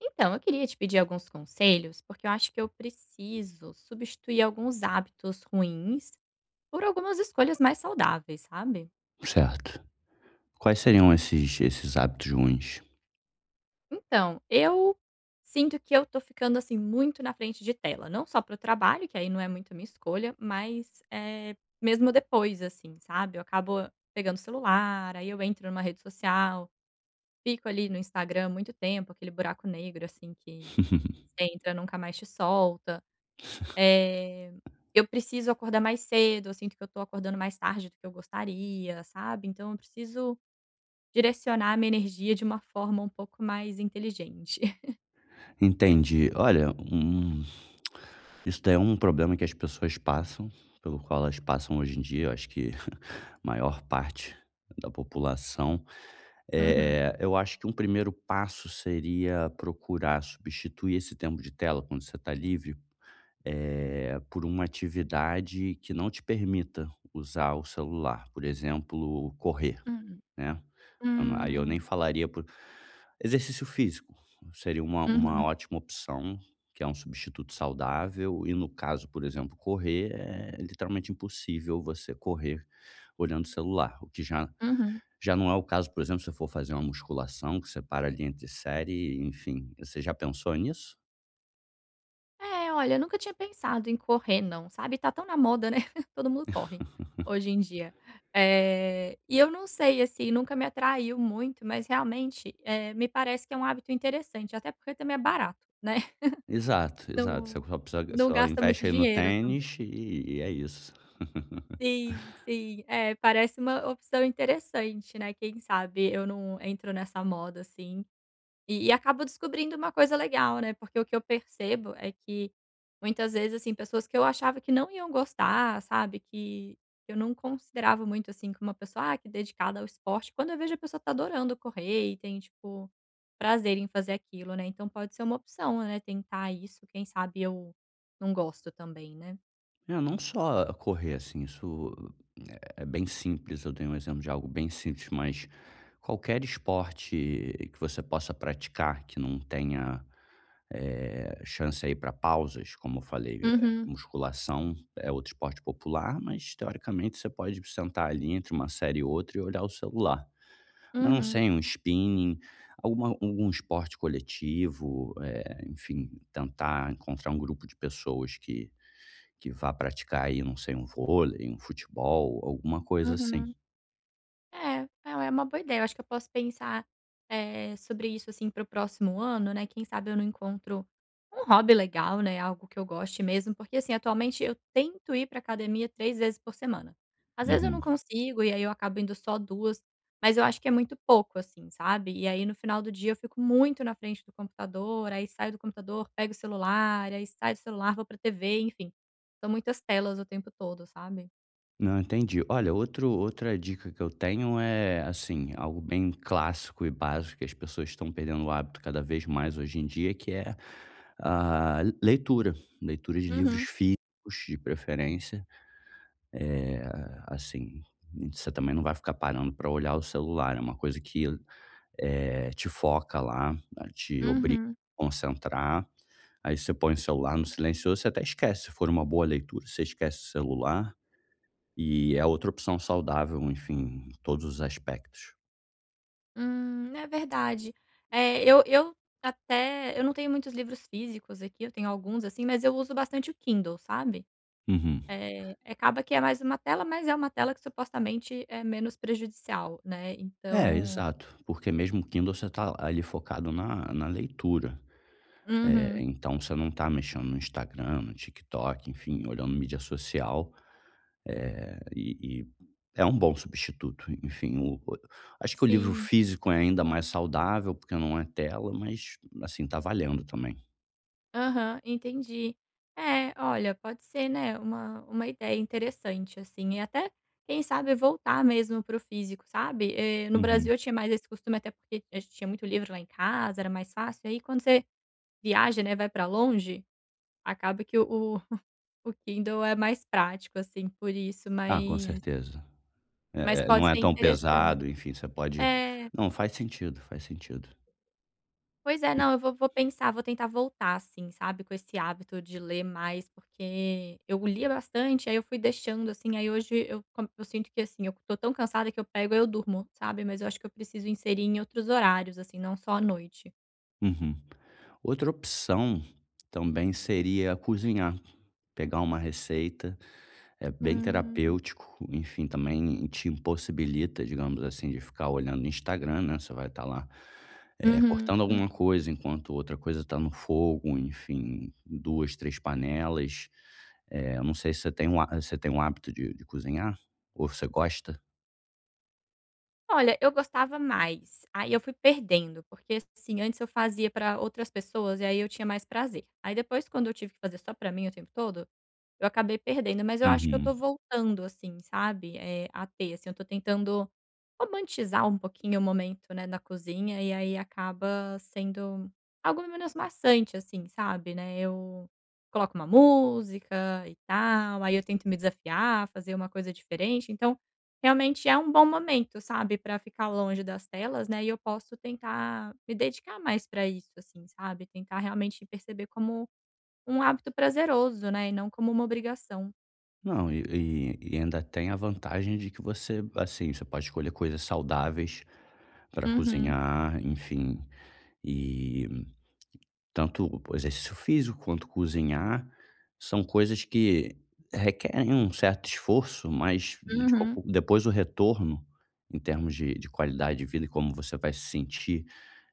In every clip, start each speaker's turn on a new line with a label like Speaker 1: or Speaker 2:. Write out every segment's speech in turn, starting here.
Speaker 1: Então, eu queria te pedir alguns conselhos, porque eu acho que eu preciso substituir alguns hábitos ruins por algumas escolhas mais saudáveis, sabe?
Speaker 2: Certo. Quais seriam esses hábitos ruins?
Speaker 1: Então, eu sinto que eu tô ficando assim muito na frente de tela, não só para o trabalho, que aí não é muito a minha escolha, mas mesmo depois, assim, sabe? Eu acabo pegando o celular, aí eu entro numa rede social, fico ali no Instagram muito tempo, aquele buraco negro, assim, que você entra nunca mais te solta. Eh, eu preciso acordar mais cedo, eu sinto que eu tô acordando mais tarde do que eu gostaria, sabe. Então eu preciso direcionar a minha energia de uma forma um pouco mais inteligente.
Speaker 2: Entendi. Olha, isso daí é um problema que as pessoas passam, pelo qual elas passam hoje em dia. Eu acho que a maior parte da população.
Speaker 1: Uhum,
Speaker 2: Eu acho que um primeiro passo seria procurar substituir esse tempo de tela, quando você está livre, por uma atividade que não te permita usar o celular, por exemplo, correr,
Speaker 1: uhum.
Speaker 2: né? Eu não aí eu nem
Speaker 1: Hum.
Speaker 2: falaria por exercício físico seria uma
Speaker 1: Uhum,
Speaker 2: ótima opção, que é um substituto saudável e no caso, por exemplo, correr é literalmente impossível você correr olhando o celular, o que já
Speaker 1: uhum.
Speaker 2: já não é o caso, por exemplo, se você for fazer uma musculação que você para ali entre série, enfim, você já pensou nisso?
Speaker 1: É, olha, eu nunca tinha pensado em correr não, sabe, tá tão na moda, né, todo mundo corre hoje em dia. E eu não sei, assim, nunca me atraiu muito, mas realmente, me parece que é um hábito interessante, até porque também é barato, né.
Speaker 2: Exato, exato, você
Speaker 1: Não
Speaker 2: só precisa
Speaker 1: não
Speaker 2: só
Speaker 1: gasta muito
Speaker 2: investe aí no
Speaker 1: dinheiro também.
Speaker 2: tênis e é isso.
Speaker 1: Sim, sim. É, parece uma opção interessante, né, quem sabe eu não entro nessa moda, assim, e acabo descobrindo uma coisa legal, né, porque o que eu percebo é que muitas vezes, assim, pessoas que eu achava que não iam gostar, sabe, que eu não considerava muito, assim, como uma pessoa, ah, que dedicada ao esporte, quando eu vejo a pessoa tá adorando correr e tem, tipo, prazer em fazer aquilo, né, então pode ser uma opção, né, tentar isso, quem sabe eu não gosto também, né.
Speaker 2: É, não só correr, assim, isso é bem simples, eu dei um exemplo de algo bem simples, mas qualquer esporte que você possa praticar que não tenha, chance aí para pausas, como eu falei,
Speaker 1: Uhum,
Speaker 2: musculação é outro esporte popular, mas teoricamente você pode sentar ali entre uma série e outra e olhar o celular. Mas não
Speaker 1: uhum,
Speaker 2: sei, um spinning, algum esporte coletivo, enfim, tentar encontrar um grupo de pessoas que vá praticar aí, não sei, um vôlei, um futebol, alguma coisa assim.
Speaker 1: uhum. É, uma boa ideia. Eu acho que eu posso pensar, sobre isso, assim, para o próximo ano, né. Quem sabe eu não encontro um hobby legal, né, algo que eu goste mesmo, porque, assim, atualmente eu tento ir para academia 3 vezes por semana. Às vezes eu não
Speaker 2: Uhum.
Speaker 1: consigo e aí eu acabo indo só duas, mas eu acho que é muito pouco, assim, sabe. E aí no final do dia eu fico muito na frente do computador, aí saio do computador, pego o celular, aí saio do celular, vou para TV, enfim. São muitas telas o tempo todo, sabe.
Speaker 2: Não, entendi. Olha, outro outra dica que eu tenho é, assim, algo bem clássico e básico que as pessoas estão perdendo o hábito cada vez mais hoje em dia, que é a leitura. Leitura de livros
Speaker 1: Uhum.
Speaker 2: físicos, de preferência. Eh, assim, você também não vai ficar parando para olhar o celular, é uma coisa que, te foca lá, né, te obriga
Speaker 1: Uhum.
Speaker 2: a concentrar. Aí você põe o celular no silencioso, você até esquece, se for uma boa leitura, você esquece o celular, e é outra opção saudável, enfim, em todos os aspectos.
Speaker 1: É verdade. É, eu até eu não tenho muitos livros físicos aqui, eu tenho alguns, assim, mas eu uso bastante o Kindle, sabe.
Speaker 2: Uhum.
Speaker 1: É acaba que é mais uma tela, mas é uma tela que supostamente é menos prejudicial, né,
Speaker 2: É,
Speaker 1: então
Speaker 2: exato, porque mesmo o Kindle você tá ali focado na leitura,
Speaker 1: Uhum.
Speaker 2: então você não tá mexendo no Instagram, no TikTok, enfim, olhando mídia social, e é um bom substituto, enfim, o acho que o livro
Speaker 1: Sim.
Speaker 2: físico é ainda mais saudável, porque não é tela, mas, assim, tá valendo também.
Speaker 1: Aham, entendi. É, olha, pode ser, né, uma ideia interessante, assim, e até, quem sabe, voltar mesmo para o físico, sabe. No Brasil
Speaker 2: Uhum.
Speaker 1: eu tinha mais esse costume, até porque a gente tinha muito livro lá em casa, era mais fácil, aí quando você viaja, né, vai pra longe, acaba que o o o Kindle é mais prático, assim, por isso,
Speaker 2: Ah, com certeza.
Speaker 1: mas
Speaker 2: É é,
Speaker 1: pode
Speaker 2: não é
Speaker 1: ser
Speaker 2: tão
Speaker 1: interessante.
Speaker 2: pesado, enfim, você pode
Speaker 1: É.
Speaker 2: não, faz sentido, faz sentido.
Speaker 1: Pois é,
Speaker 2: E
Speaker 1: não, eu vou pensar, vou tentar voltar, assim, sabe, com esse hábito de ler mais, porque eu lia bastante, aí eu fui deixando, assim, aí hoje eu sinto que, assim, eu tô tão cansada que eu pego e eu durmo, sabe, mas eu acho que eu preciso inserir em outros horários, assim, não só à noite.
Speaker 2: uhum. Outra opção também seria cozinhar, pegar uma receita, é bem
Speaker 1: Hum.
Speaker 2: terapêutico, enfim, também te impossibilita, digamos assim, de ficar olhando no Instagram, né, você vai estar lá, cortando
Speaker 1: Uhum.
Speaker 2: alguma coisa enquanto outra coisa está no fogo, enfim, 2, 3 panelas. Eu não sei se você tem um há você tem um hábito de cozinhar? Ou você gosta?
Speaker 1: Olha, eu gostava mais, aí eu fui perdendo, porque, assim, antes eu fazia pra outras pessoas e aí eu tinha mais prazer. Aí depois quando eu tive que fazer só pra mim o tempo todo, eu acabei perdendo, mas eu acho que eu tô
Speaker 2: Uhum.
Speaker 1: voltando, assim, sabe, a ter, assim, eu tô tentando romantizar um pouquinho o momento, né, na cozinha, e aí acaba sendo algo menos maçante, assim, sabe, né. Eu coloco uma música e tal, aí eu tento me desafiar, fazer uma coisa diferente, então realmente é um bom momento, sabe, pra ficar longe das telas, né, e eu posso tentar me dedicar mais pra isso, assim, sabe, tentar realmente perceber como um hábito prazeroso, né, e não como uma obrigação.
Speaker 2: Não, e ainda tem a vantagem de que você, assim, você pode escolher coisas saudáveis para
Speaker 1: Uhum,
Speaker 2: cozinhar, enfim, e tanto o exercício físico quanto cozinhar são coisas que requerem um certo esforço, mas de qual
Speaker 1: uhum.
Speaker 2: depois o retorno, em termos de qualidade de vida e como você vai se sentir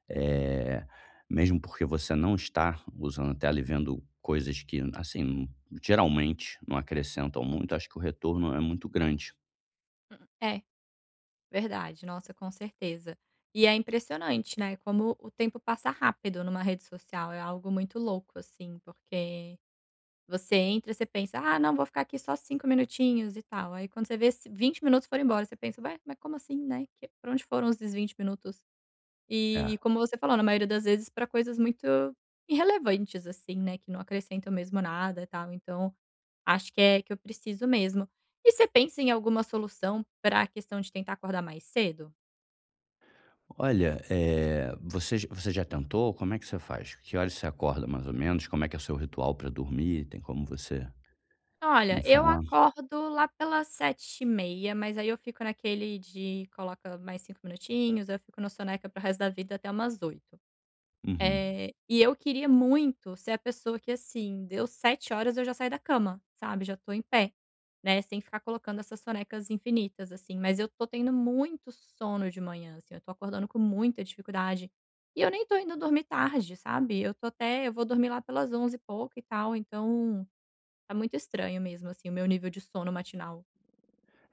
Speaker 2: eh, mesmo porque você não está usando a tela e vendo coisas que, assim, geralmente não acrescentam muito, acho que o retorno é muito grande.
Speaker 1: É, verdade, nossa, com certeza. E é impressionante, né, como o tempo passa rápido numa rede social, é algo muito louco, assim, porque você entra, você pensa: "Ah, não, vou ficar aqui só 5 minutinhos e tal", aí quando você vê, se 20 minutos foram embora, você pensa: "Ué, mas como assim, né, que pra onde foram esses 20 minutos?".
Speaker 2: É.
Speaker 1: E como você falou, na maioria das vezes para coisas muito irrelevantes, assim, né, que não acrescentam mesmo nada e tal, então acho que é que eu preciso mesmo. E você pensa em alguma solução para a questão de tentar acordar mais cedo?
Speaker 2: Olha, você j você já tentou? Como é que você faz? Que horas você acorda mais ou menos? Como é que é o seu ritual para dormir? Tem como você me
Speaker 1: "Olha, eu
Speaker 2: falar?
Speaker 1: acordo lá pelas 7h30, mas aí eu fico naquele de coloca mais 5 minutinhos, eu fico no soneca para o resto da vida até umas oito.
Speaker 2: Uhum.
Speaker 1: E eu queria muito ser a pessoa que, assim, deu 7 horas eu já saí da cama, sabe, já estou em pé, né, sem ficar colocando essas sonecas infinitas, assim, mas eu tô tendo muito sono de manhã, assim, eu tô acordando com muita dificuldade. E eu nem tô indo dormir tarde, sabe, eu tô até eu vou dormir lá pelas 11h e pouco e tal, então tá muito estranho mesmo, assim, o meu nível de sono matinal.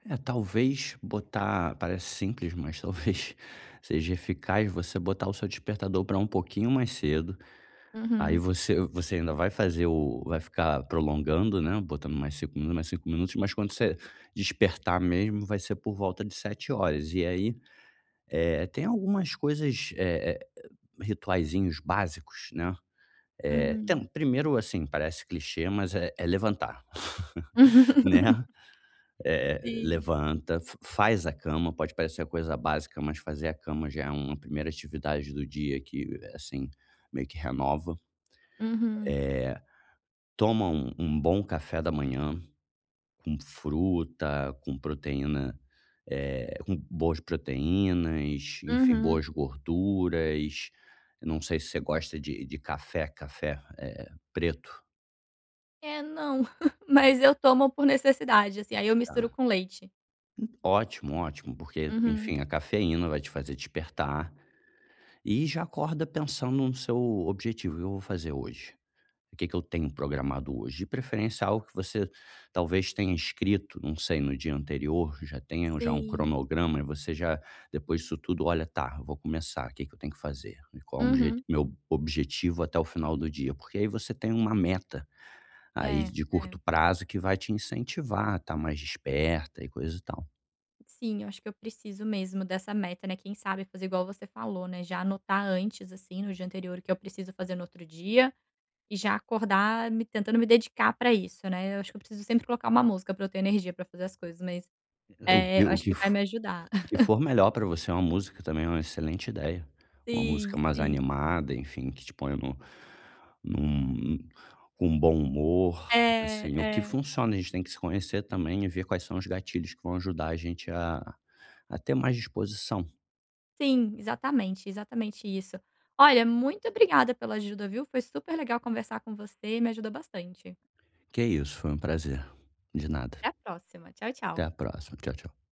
Speaker 2: É, talvez botar parece simples, mas talvez seja eficaz você botar o seu despertador para um pouquinho mais cedo. Aí
Speaker 1: Uhum.
Speaker 2: você ainda vai fazer o vai ficar prolongando, né, botando mais 5 minutos, mais 5 minutos, mas quando você despertar mesmo vai ser por volta de 7 horas. E aí, tem algumas coisas, rituaizinhos básicos, né.
Speaker 1: Hum.
Speaker 2: Tem primeiro, assim, parece clichê, mas é levantar, né.
Speaker 1: Sim.
Speaker 2: Levanta, fa faz a cama, pode parecer coisa básica, mas fazer a cama já é uma primeira atividade do dia que, assim, meio que renova.
Speaker 1: Uhum.
Speaker 2: Eh, toma um bom café da manhã com fruta, com proteína, com boas proteínas, enfim,
Speaker 1: Uhum.
Speaker 2: boas gorduras. Eu não sei se você gosta de café, café, preto,
Speaker 1: É, não. Mas eu tomo por necessidade, assim, aí eu misturo
Speaker 2: tá.
Speaker 1: com leite.
Speaker 2: Ótimo, ótimo, porque,
Speaker 1: Uhum.
Speaker 2: enfim, a cafeína vai te fazer despertar e já acorda pensando no seu objetivo: "O que eu vou fazer hoje?". O que que eu tenho programado hoje? De preferência, algo que você talvez tenha escrito, não sei, no dia anterior, já tenha já um
Speaker 1: Sim.
Speaker 2: cronograma e você já, depois disso tudo, olha, tá, eu vou começar, o que que eu tenho que fazer? E qual é o
Speaker 1: Uhum.
Speaker 2: meu objetivo até o final do dia? Porque aí você tem uma meta aí
Speaker 1: É,
Speaker 2: de
Speaker 1: é.
Speaker 2: curto prazo que vai te incentivar a estar mais desperta e coisa e tal.
Speaker 1: Sim, eu acho que eu preciso mesmo dessa meta, né, quem sabe fazer igual você falou, né, já anotar antes, assim, no dia anterior o que eu preciso fazer no outro dia, e já acordar me tentando me dedicar pra isso, né. Eu acho que eu preciso sempre colocar uma música pra eu ter energia pra fazer as coisas, mas, eu
Speaker 2: O
Speaker 1: acho
Speaker 2: que
Speaker 1: que vai me ajudar.
Speaker 2: Que for melhor pra você, uma música também é uma excelente ideia. Uma música
Speaker 1: Sim,
Speaker 2: mais
Speaker 1: sim.
Speaker 2: animada, enfim, que te ponha no num com um bom humor,
Speaker 1: É,
Speaker 2: assim, o que
Speaker 1: é.
Speaker 2: funciona. A gente tem que se conhecer também e ver quais são os gatilhos que vão ajudar a gente a ter mais disposição.
Speaker 1: Sim, exatamente, exatamente isso. Olha, muito obrigada pela ajuda, viu? Foi super legal conversar com você, me ajudou bastante.
Speaker 2: Que é isso, foi um prazer. De nada.
Speaker 1: Até a próxima. Tchau,
Speaker 2: Até
Speaker 1: tchau.
Speaker 2: a próxima. Tchau, tchau.